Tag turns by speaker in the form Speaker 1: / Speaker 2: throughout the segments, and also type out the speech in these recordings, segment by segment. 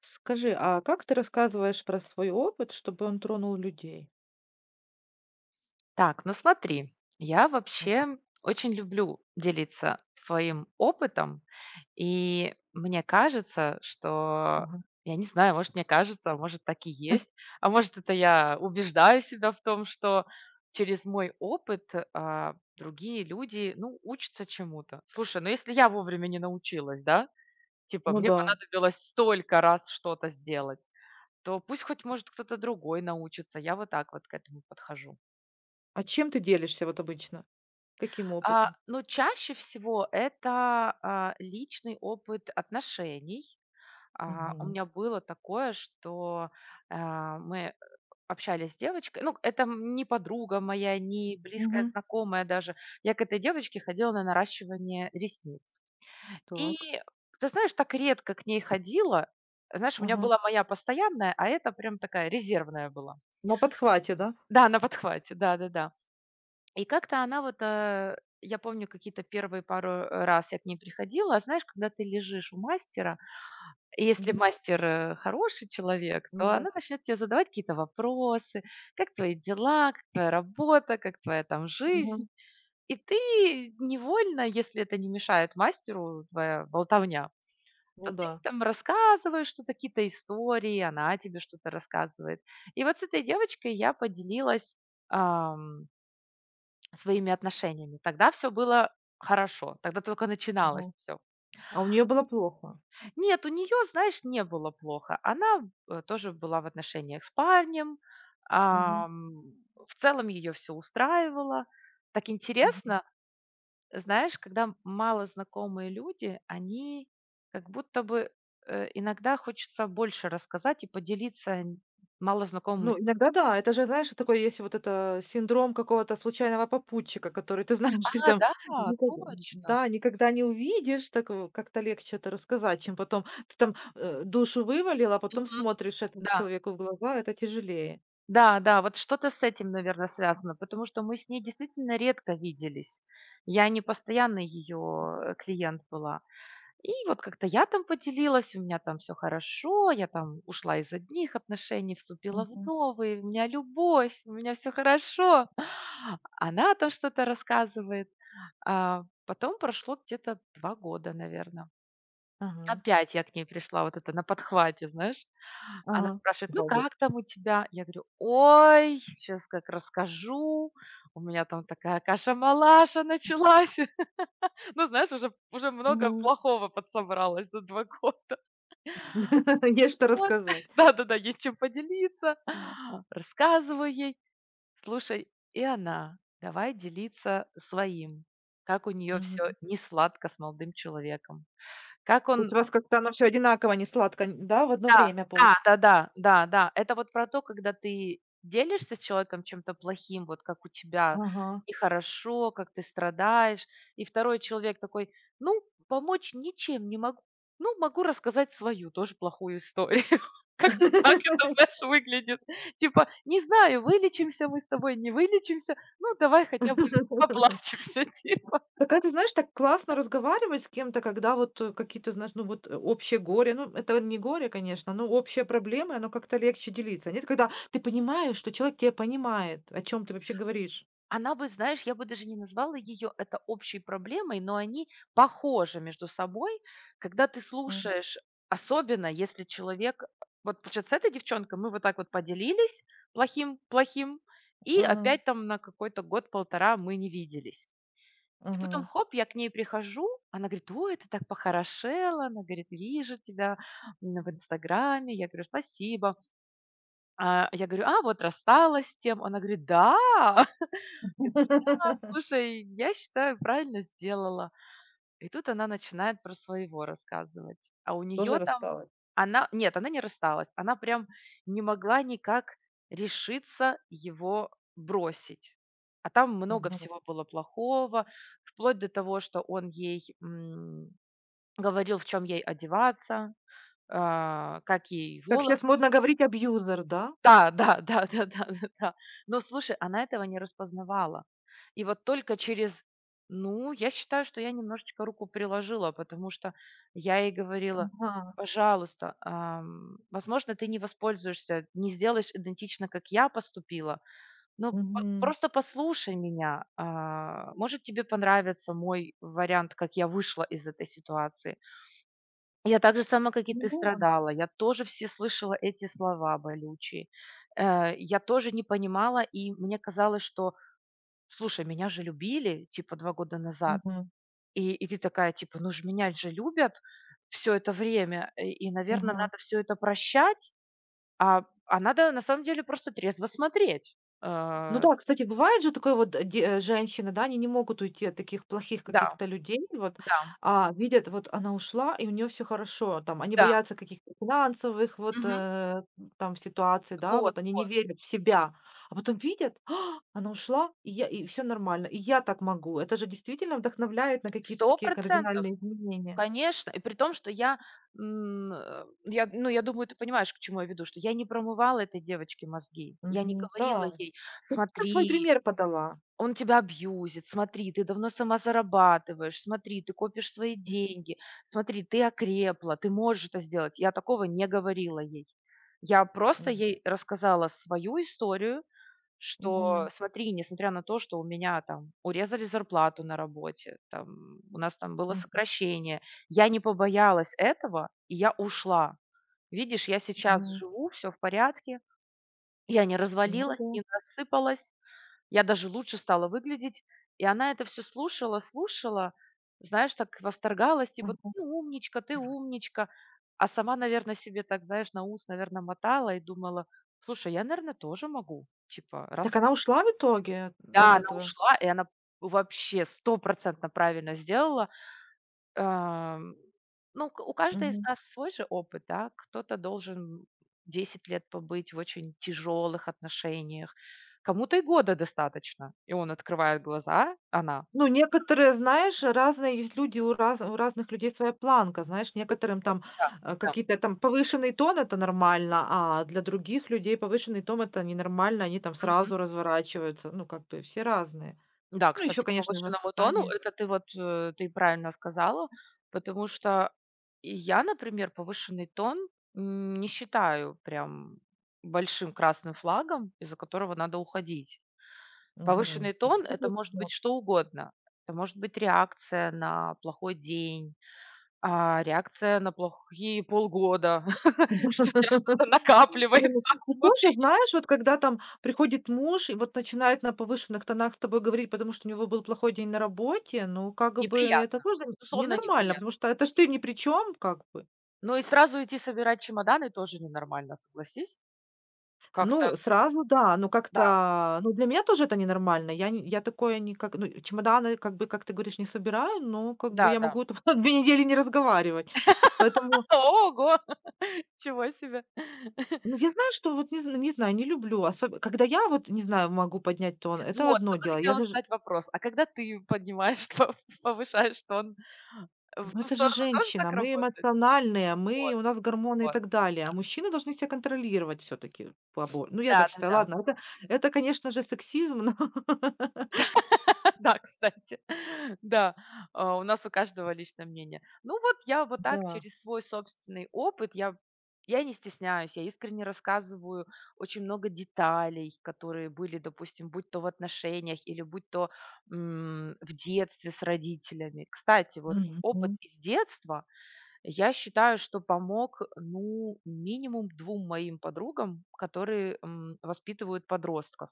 Speaker 1: Скажи, а как ты рассказываешь про свой опыт, чтобы он тронул людей?
Speaker 2: Так, ну смотри, я
Speaker 1: М,
Speaker 2: вообще очень люблю делиться своим опытом, и мне кажется, что
Speaker 1: мгм.
Speaker 2: я не знаю, может, мне кажется, а может, так и есть, а может, это я убеждаю себя в том, что через мой опыт другие люди, ну, учатся чему-то. Слушай, ну если я вовремя не научилась, да, типа
Speaker 1: Ну
Speaker 2: мне
Speaker 1: да.
Speaker 2: понадобилось столько раз что-то сделать, то пусть хоть, может, кто-то другой научится. Я вот так вот к этому подхожу.
Speaker 1: А чем ты делишься вот обычно? Каким опытом?
Speaker 2: Но чаще всего это, личный опыт отношений. У
Speaker 1: Мгм.
Speaker 2: меня было такое, что, мы общались с девочкой. Ну, это не подруга моя, не близкая
Speaker 1: Мгм.
Speaker 2: знакомая даже. Я к этой девочке ходила на наращивание ресниц. И
Speaker 1: Так.
Speaker 2: ты знаешь, так редко к ней ходила. Знаешь, у меня
Speaker 1: Ага.
Speaker 2: была моя постоянная, а это прям такая резервная была.
Speaker 1: На подхвате, да?
Speaker 2: Да, на подхвате, да-да-да. И как-то она вот, я помню, какие-то первые пару, раз я к ней приходила. А знаешь, когда ты лежишь у мастера, и если
Speaker 1: Мгм.
Speaker 2: мастер, хороший человек, то
Speaker 1: Ну да.
Speaker 2: она начнет тебе задавать какие-то вопросы: "Как твои дела? Как твоя работа? Как твоя там жизнь?"
Speaker 1: Мгм.
Speaker 2: И ты невольно, если это не мешает мастеру, твоя болтовня, то
Speaker 1: Ну
Speaker 2: ты
Speaker 1: да.
Speaker 2: там рассказываешь что-то, какие-то истории, она тебе что-то рассказывает. И вот с этой девочкой я поделилась, ам, своими отношениями. Тогда все было хорошо, тогда только начиналось
Speaker 1: Мгм.
Speaker 2: все.
Speaker 1: А у нее было плохо.
Speaker 2: Нет, у нее, знаешь, не было плохо. Она, тоже была в отношениях с парнем,
Speaker 1: Мгм.
Speaker 2: ам, в целом ее все устраивало. Так
Speaker 1: Мгм.
Speaker 2: интересно, знаешь, когда мало знакомые люди, они как будто бы, иногда хочется больше рассказать и поделиться н малознакомыми.
Speaker 1: Ну, иногда да. Это же, знаешь, такой есть вот это синдром какого-то случайного попутчика, который ты знаешь, ты
Speaker 2: Да,
Speaker 1: там
Speaker 2: да,
Speaker 1: никогда,
Speaker 2: точно.
Speaker 1: да, никогда не увидишь, так, как-то легче это рассказать, чем потом ты там душу вывалил, а потом
Speaker 2: Мгм.
Speaker 1: смотришь этому
Speaker 2: Да.
Speaker 1: человеку в глаза, это тяжелее.
Speaker 2: Да, да, вот что-то с этим, наверное, связано, потому что мы с ней действительно редко виделись. Я не постоянный ее клиент была. И вот как-то я там поделилась, у меня там все хорошо, я там ушла из одних отношений, вступила в
Speaker 1: Мгм.
Speaker 2: новые, у меня любовь, у меня все хорошо. Она там что-то рассказывает. А потом прошло где-то 2 года, наверное.
Speaker 1: Ага,
Speaker 2: Опять я к ней пришла, вот это на подхвате, знаешь. Она
Speaker 1: ага,
Speaker 2: спрашивает: "Ну,
Speaker 1: 2 года.
Speaker 2: как там у тебя?" Я говорю: "Ой, сейчас как расскажу, у меня там такая каша-малаша началась". Ну, знаешь, уже много
Speaker 1: Мгм.
Speaker 2: плохого подсобралось за 2 года.
Speaker 1: Есть что
Speaker 2: Вот.
Speaker 1: рассказать.
Speaker 2: Да-да-да, есть чем поделиться.
Speaker 1: М.
Speaker 2: Рассказываю ей. Слушай, и она: "Давай делиться своим". Как у неё всё
Speaker 1: Мгм.
Speaker 2: несладко с молодым человеком. Как
Speaker 1: То
Speaker 2: он…
Speaker 1: есть у вас как-то оно все одинаково не сладко да, в одно
Speaker 2: Да,
Speaker 1: время получ.
Speaker 2: да, да-да, да, да, да. Это вот про то, когда ты делишься с человеком чем-то плохим, вот как у тебя
Speaker 1: Ага.
Speaker 2: нехорошо, как ты страдаешь, и второй человек такой: "Ну, помочь ничем не могу. Ну, могу рассказать свою тоже плохую историю". Как-то так это, знаешь, выглядит. Типа: "Не знаю, вылечимся мы с тобой, не вылечимся, ну, давай хотя бы поплачемся", типа.
Speaker 1: Так это, знаешь, так классно разговаривать с кем-то, когда вот, какие-то, знаешь, ну вот, общее горе. Ну, это не горе, конечно, но общие проблемы, оно как-то легче делиться. Нет, когда ты понимаешь, что человек тебя понимает, о чем ты вообще говоришь.
Speaker 2: Она бы, знаешь, я бы даже не назвала ее это общей проблемой, но они похожи между собой. Когда ты
Speaker 1: Мгм.
Speaker 2: слушаешь, особенно если человек вот получается, с этой девчонкой мы вот так вот поделились плохим-плохим, и
Speaker 1: Мгм.
Speaker 2: опять там на какой-то год-полтора мы не виделись. И потом,
Speaker 1: Мгм.
Speaker 2: хоп, я к ней прихожу, она говорит: "Ой, ты так похорошела", она говорит: "Вижу тебя в Инстаграме". Я говорю: "Спасибо". Я говорю: Вот рассталась с тем". Она говорит: "Да, а, слушай, я считаю, правильно сделала". И тут она начинает про своего рассказывать. А у
Speaker 1: Тоже
Speaker 2: нее там…
Speaker 1: рассталась.
Speaker 2: Она, нет, она не рассталась. Она прям не могла никак решиться его бросить. А там много
Speaker 1: Мгм.
Speaker 2: всего было плохого, вплоть до того, что он ей, говорил, в чем ей одеваться, как ей
Speaker 1: Как
Speaker 2: волосы…
Speaker 1: сейчас модно говорить, абьюзер, да?
Speaker 2: Да, да, да, да, да, да, да. Но слушай, она этого не распознавала. И вот только через… Ну, я считаю, что я немножечко руку приложила, потому что я ей говорила:
Speaker 1: Ага.
Speaker 2: "Пожалуйста, возможно, ты не воспользуешься, не сделаешь идентично, как я поступила, но по
Speaker 1: Мгм.
Speaker 2: просто послушай меня. А, может, тебе понравится мой вариант, как я вышла из этой ситуации. Я так же сама, как и ты,
Speaker 1: Ну да.
Speaker 2: страдала. Я тоже все слышала эти слова болючие. Я тоже не понимала, и мне казалось, что, слушай, меня же любили, типа, 2 года назад.
Speaker 1: Мгм.
Speaker 2: И ты такая, типа, ну же меня же любят все это время, и, наверное,
Speaker 1: Мгм.
Speaker 2: надо все это прощать, а надо на самом деле просто трезво смотреть".
Speaker 1: Ну да, кстати, бывает же такое вот, женщины, да, они не могут уйти от таких плохих
Speaker 2: Да,
Speaker 1: каких-то людей, вот,
Speaker 2: да,
Speaker 1: а видят, вот она ушла, и у нее все хорошо, там, они
Speaker 2: да.
Speaker 1: боятся каких-то финансовых вот,
Speaker 2: Мгм.
Speaker 1: там ситуаций, да,
Speaker 2: Вот,
Speaker 1: вот они не
Speaker 2: вот.
Speaker 1: верят в себя, а потом видят: "А, она ушла, и я и все нормально, и я так могу". Это же действительно вдохновляет на какие-то
Speaker 2: Сто
Speaker 1: такие
Speaker 2: процентов.
Speaker 1: кардинальные изменения.
Speaker 2: Конечно, и при том, что я, я, ну, я думаю, ты понимаешь, к чему я веду, что я не промывала этой девочке мозги. Я не
Speaker 1: Мгм,
Speaker 2: говорила
Speaker 1: да.
Speaker 2: ей:
Speaker 1: Ты просто свой
Speaker 2: "Смотри,
Speaker 1: пример подала.
Speaker 2: он тебя абьюзит, смотри, ты давно сама зарабатываешь, смотри, ты копишь свои
Speaker 1: М,
Speaker 2: деньги, смотри, ты окрепла, ты можешь это сделать". Я такого не говорила ей. Я просто
Speaker 1: м.
Speaker 2: ей рассказала свою историю, что
Speaker 1: Мгм,
Speaker 2: смотри, несмотря на то, что у меня там урезали зарплату на работе, у нас там было
Speaker 1: мгм,
Speaker 2: сокращение, я не побоялась этого, и я ушла. Видишь, я сейчас
Speaker 1: мгм.
Speaker 2: живу, все в порядке, я не
Speaker 1: Ну
Speaker 2: развалилась,
Speaker 1: да.
Speaker 2: не рассыпалась, я даже лучше стала выглядеть. И она это все слушала, слушала, знаешь, так восторгалась, типа:
Speaker 1: Ага.
Speaker 2: "Ты умничка, ты умничка". А сама, наверное, себе так, знаешь, на ус, наверное, мотала и думала: "Слушай, я, наверное, тоже могу". Типа, раз…
Speaker 1: Так она ушла в итоге
Speaker 2: Да,
Speaker 1: от
Speaker 2: она
Speaker 1: этого?
Speaker 2: ушла, и она вообще стопроцентно правильно сделала. Ам, ну, к у каждой из
Speaker 1: Мгм.
Speaker 2: нас свой же опыт, да. Кто-то должен 10 лет побыть в очень тяжелых отношениях, кому-то и года достаточно, и он открывает глаза, она.
Speaker 1: Ну, некоторые, знаешь, разные есть люди, у разных людей своя планка. Знаешь, некоторым
Speaker 2: Вот.
Speaker 1: там,
Speaker 2: Да, да.
Speaker 1: какие-то там повышенный тон - это нормально, а для других людей повышенный тон - это ненормально, они там сразу разворачиваются. Ну, как бы все разные.
Speaker 2: Да,
Speaker 1: Ну, еще,
Speaker 2: кстати, по
Speaker 1: конечно, и
Speaker 2: повышенному тону,
Speaker 1: воспитание.
Speaker 2: это ты вот, ты правильно сказала, потому что и я, например, повышенный тон, не считаю прям большим красным флагом, из-за которого надо уходить.
Speaker 1: Мгм.
Speaker 2: Повышенный тон — это может быть что угодно. Это может быть реакция на плохой день, реакция на плохие полгода, что у тебя что-то
Speaker 1: Не, ну
Speaker 2: накапливается
Speaker 1: ну позже,
Speaker 2: внутри.
Speaker 1: знаешь, вот когда там приходит муж и вот начинает на повышенных тонах с тобой говорить, потому что у него был плохой день на работе, ну, как бы это
Speaker 2: Неприятно,
Speaker 1: тоже
Speaker 2: безусловно,
Speaker 1: ненормально,
Speaker 2: неприятно.
Speaker 1: потому что это ж ты ни при чём, как бы.
Speaker 2: Ну и сразу идти собирать чемоданы тоже ненормально, согласись. Как-то,
Speaker 1: Ну, сразу да, ну
Speaker 2: да,
Speaker 1: как-то, ну, для меня тоже это ненормально. Я не я такое никак ну, чемоданы, как бы, как ты говоришь, не собираю, но как бы я
Speaker 2: да-да.
Speaker 1: могу там 2 недели не разговаривать. Поэтому,
Speaker 2: Ого! Чего себе!
Speaker 1: ну, я знаю, что вот не знаю, не люблю, особ когда я вот, не знаю, могу поднять тон, это
Speaker 2: Вот,
Speaker 1: одно
Speaker 2: только
Speaker 1: дело. Я
Speaker 2: хотела
Speaker 1: даже.
Speaker 2: задать вопрос. А когда ты поднимаешь тон, повышаешь тон, в
Speaker 1: Ну,
Speaker 2: ту
Speaker 1: это же
Speaker 2: сторону тоже
Speaker 1: женщина,
Speaker 2: так
Speaker 1: мы
Speaker 2: работает?
Speaker 1: эмоциональные, мы
Speaker 2: Вот,
Speaker 1: у нас гормоны и
Speaker 2: вот.
Speaker 1: так далее. А мужчины должны себя контролировать все-таки побо. Ну, я так считаю.
Speaker 2: Да-да-да.
Speaker 1: Ладно, это конечно же, сексизм, но
Speaker 2: Да, кстати. Да, у нас у каждого личное мнение. Ну вот я вот так
Speaker 1: да.
Speaker 2: через свой собственный опыт, я не стесняюсь, я искренне рассказываю очень много деталей, которые были, допустим, будь то в отношениях или будь то в детстве с родителями. Кстати, вот опыт
Speaker 1: Мгм.
Speaker 2: из детства, я считаю, что помог, ну, минимум двум моим подругам, которые воспитывают подростков.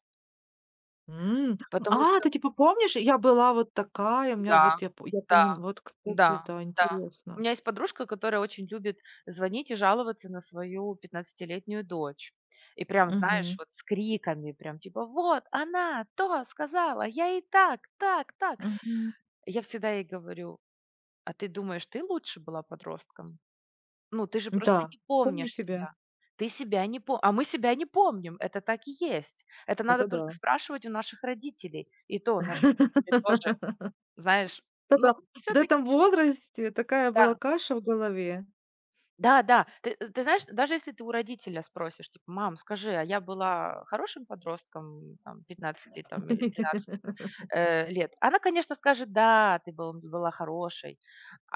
Speaker 1: М.
Speaker 2: Потому
Speaker 1: А,
Speaker 2: что,
Speaker 1: ты типа помнишь, я была вот такая, у меня
Speaker 2: да,
Speaker 1: вот я, я
Speaker 2: да,
Speaker 1: понимаю. Вот, кстати,
Speaker 2: да,
Speaker 1: да,
Speaker 2: да. У
Speaker 1: интересно.
Speaker 2: меня есть подружка, которая очень любит звонить и жаловаться на свою пятнадцатилетнюю дочь. И прям, знаешь,
Speaker 1: Мгм.
Speaker 2: вот с криками, прям типа: "Вот она то сказала, я и так, так, так".
Speaker 1: Мгм.
Speaker 2: Я всегда ей говорю: "А ты думаешь, ты лучше была подростком? Ну, ты же просто
Speaker 1: Да,
Speaker 2: не
Speaker 1: помни
Speaker 2: помнишь
Speaker 1: себя.
Speaker 2: себя. Ты себя не помнишь, а мы себя не помним, это так и есть. Это надо
Speaker 1: Это
Speaker 2: только
Speaker 1: да.
Speaker 2: спрашивать у наших родителей". И то наши родители тоже, знаешь, ну,
Speaker 1: Да-да. В
Speaker 2: все-таки,
Speaker 1: этом возрасте такая была
Speaker 2: да.
Speaker 1: каша в голове.
Speaker 2: Да, да. Ты знаешь, даже если ты у родителя спросишь, типа: "Мам, скажи, а я была хорошим подростком, там, пятнадцати там, или 13, лет?" Она, конечно, скажет: "Да, ты был была хорошей".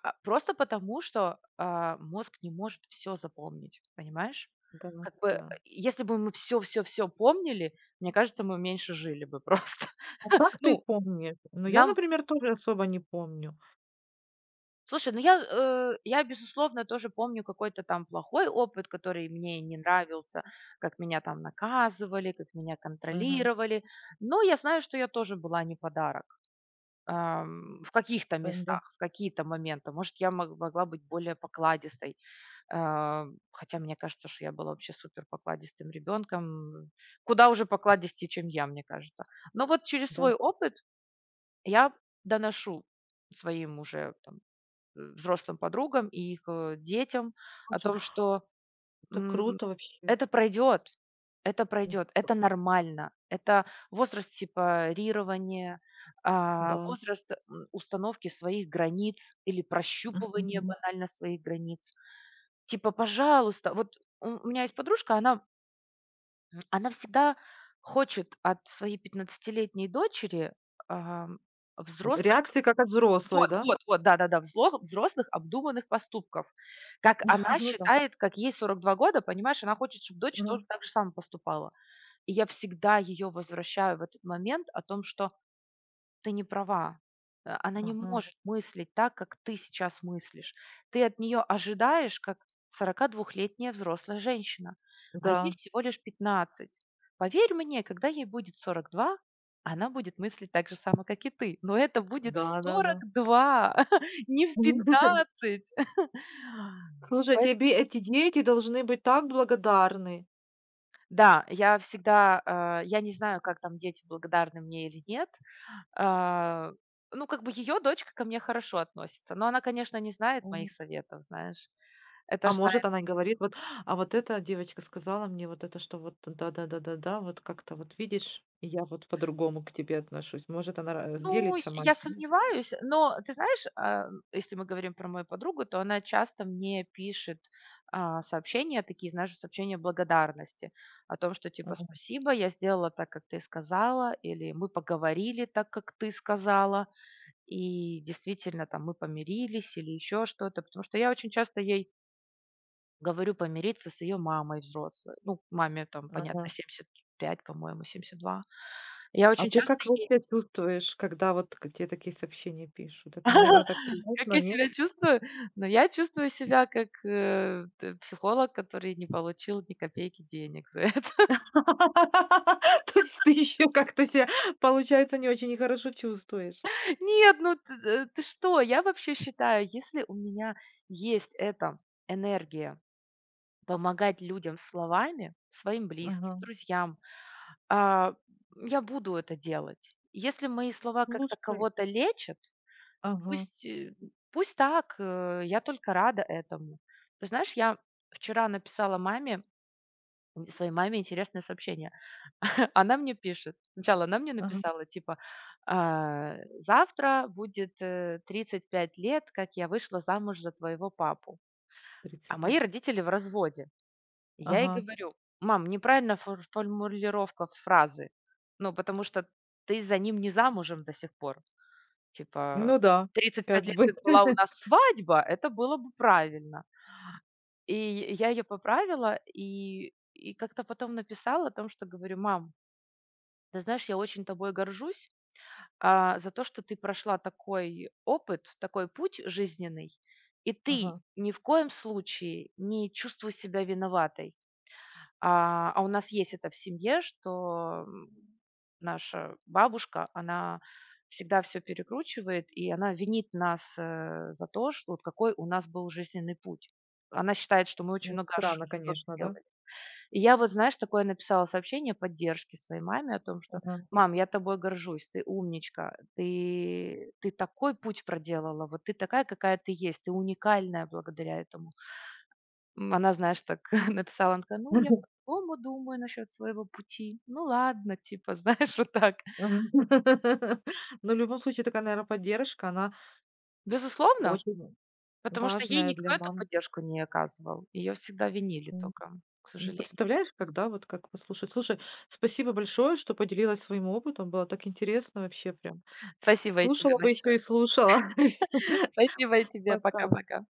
Speaker 2: Просто потому, что, мозг не может все запомнить, понимаешь?
Speaker 1: Да,
Speaker 2: Как бы,
Speaker 1: да.
Speaker 2: если бы мы все помнили, мне кажется, мы меньше жили бы просто.
Speaker 1: А как ты
Speaker 2: Ну,
Speaker 1: помнишь? Ну, я,
Speaker 2: нам
Speaker 1: например, тоже особо не помню.
Speaker 2: Слушай, ну я, безусловно, тоже помню какой-то там плохой опыт, который мне не нравился, как меня там наказывали, как меня
Speaker 1: Мгм.
Speaker 2: контролировали. Но я знаю, что я тоже была не подарок в каких-то
Speaker 1: Да,
Speaker 2: местах, в какие-то моменты. Может, я могла быть более покладистой. А, Хотя мне кажется, что я была вообще супер покладистым ребенком. Куда уже покладистее, чем я, мне кажется. Но вот через
Speaker 1: да.
Speaker 2: свой опыт я доношу своим уже там, взрослым подругам и их, детям о
Speaker 1: Слушай,
Speaker 2: том, что,
Speaker 1: это
Speaker 2: м,
Speaker 1: круто вообще.
Speaker 2: это пройдет, это
Speaker 1: М,
Speaker 2: пройдет, это нормально. Это возраст сепарирования,
Speaker 1: да.
Speaker 2: возраст, установки своих границ или прощупывания
Speaker 1: Мгм.
Speaker 2: банально своих границ. Типа, пожалуйста, вот у меня есть подружка, она всегда хочет от своей пятнадцатилетней дочери, ам, взрослых…
Speaker 1: Реакции как от взрослой, да?
Speaker 2: Да-да-да, взло взрослых обдуманных поступков. Как она
Speaker 1: Ну да.
Speaker 2: считает, как ей 42 года, понимаешь, она хочет, чтобы дочь тоже
Speaker 1: Ну,
Speaker 2: так же само поступала. И я всегда ее возвращаю в этот момент о том, что ты не права. Она не
Speaker 1: ага.
Speaker 2: может мыслить так, как ты сейчас мыслишь. Ты от нее ожидаешь, как 42 двухлетняя взрослая женщина, а ей
Speaker 1: Да,
Speaker 2: всего лишь 15. Поверь мне, когда ей будет 42, она будет мыслить так же само, как и ты. Но это будет в
Speaker 1: да-да-да.
Speaker 2: 42, не в 15.
Speaker 1: Слушай,
Speaker 2: Пое
Speaker 1: тебе эти дети должны быть так благодарны.
Speaker 2: Да, я всегда, я не знаю, как там дети благодарны мне или нет. А, ну, как бы ее дочка ко мне хорошо относится, но она, конечно, не знает моих советов, знаешь. Это
Speaker 1: А
Speaker 2: ж
Speaker 1: может,
Speaker 2: знает
Speaker 1: она и говорит: "Вот, а вот эта девочка сказала мне вот это, что вот да-да-да-да-да, вот как-то вот видишь, и я вот по-другому к тебе отношусь". Может, она ра
Speaker 2: Ну,
Speaker 1: делится
Speaker 2: я
Speaker 1: матерью.
Speaker 2: сомневаюсь, но ты знаешь, если мы говорим про мою подругу, то она часто мне пишет, сообщения такие, знаешь, сообщения благодарности о том, что типа:
Speaker 1: Мгм.
Speaker 2: "Спасибо, я сделала так, как ты сказала", или "Мы поговорили так, как ты сказала, и действительно там мы помирились", или еще что-то. Потому что я очень часто ей говорю помириться с ее мамой взрослой. Ну, маме там, понятно,
Speaker 1: Ага.
Speaker 2: 75, по-моему, 72. Я
Speaker 1: А
Speaker 2: очень
Speaker 1: ты
Speaker 2: часто
Speaker 1: как
Speaker 2: ей…
Speaker 1: вообще чувствуешь, когда вот к те такие сообщения пишут? Это, наверно, так
Speaker 2: Как
Speaker 1: приятно,
Speaker 2: я
Speaker 1: нет?
Speaker 2: себя чувствую? Но я чувствую себя как, э, т психолог, который не получил ни копейки денег за это.
Speaker 1: То есть ты еще как-то себя получается, не очень и хорошо чувствуешь.
Speaker 2: Нет, ну ты что? Я вообще считаю, если у меня есть эта энергия помогать людям словами, своим близким,
Speaker 1: Ага.
Speaker 2: друзьям, а, я буду это делать. Если мои слова как-то
Speaker 1: Слушай,
Speaker 2: кого-то лечат,
Speaker 1: ага,
Speaker 2: пусть, пусть так, я только рада этому. Ты знаешь, я вчера написала маме, своей маме интересное сообщение. Она мне пишет. Сначала она мне
Speaker 1: ага,
Speaker 2: написала, типа, завтра будет 35 лет, как я вышла замуж за твоего папу.
Speaker 1: в
Speaker 2: А мои
Speaker 1: принципе.
Speaker 2: родители в разводе. Я ей
Speaker 1: Ага.
Speaker 2: говорю: "Мам, неправильно формулировка фразы. Ну, потому что ты за ним не замужем до сих пор. Типа,
Speaker 1: Ну да,
Speaker 2: 35
Speaker 1: как
Speaker 2: лет
Speaker 1: бы.
Speaker 2: как была у нас свадьба, это было бы правильно". И я ее поправила и как-то потом написала, о том, что говорю: "Мам, ты знаешь, я очень тобой горжусь, за то, что ты прошла такой опыт, такой путь жизненный, и ты
Speaker 1: Ага.
Speaker 2: ни в коем случае не чувствуй себя виноватой". А у нас есть это в семье, что, наша бабушка, она всегда все перекручивает, и она винит нас, за то, что вот какой у нас был жизненный путь. Она считает, что мы очень
Speaker 1: Ну,
Speaker 2: много
Speaker 1: странно,
Speaker 2: ошибок
Speaker 1: конечно, да.
Speaker 2: сделали. И я вот, знаешь, такое написала сообщение поддержки своей маме о том, что: "Мам, я тобой горжусь, ты умничка, ты такой путь проделала, вот ты такая, какая ты есть, ты уникальная благодаря этому". Она, знаешь, так написала, она такая: "Ну, я
Speaker 1: Мгм.
Speaker 2: по-другому думаю насчет своего пути". Ну ладно, типа, знаешь, вот так.
Speaker 1: Но в любом случае такая, наверно, поддержка, она
Speaker 2: Безусловно,
Speaker 1: очень
Speaker 2: потому что ей
Speaker 1: важная
Speaker 2: никто
Speaker 1: для
Speaker 2: эту
Speaker 1: мамы.
Speaker 2: поддержку не оказывал. Ее всегда винили
Speaker 1: М,
Speaker 2: только, к
Speaker 1: ну,
Speaker 2: сожалению.
Speaker 1: представляешь, когда вот как послушать. Слушай, спасибо большое, что поделилась своим опытом. Было так интересно вообще прям.
Speaker 2: Спасибо и тебе
Speaker 1: Слушала бы
Speaker 2: большое.
Speaker 1: еще и слушала. Всё.
Speaker 2: Спасибо и тебе.
Speaker 1: Пока.
Speaker 2: Пока-пока.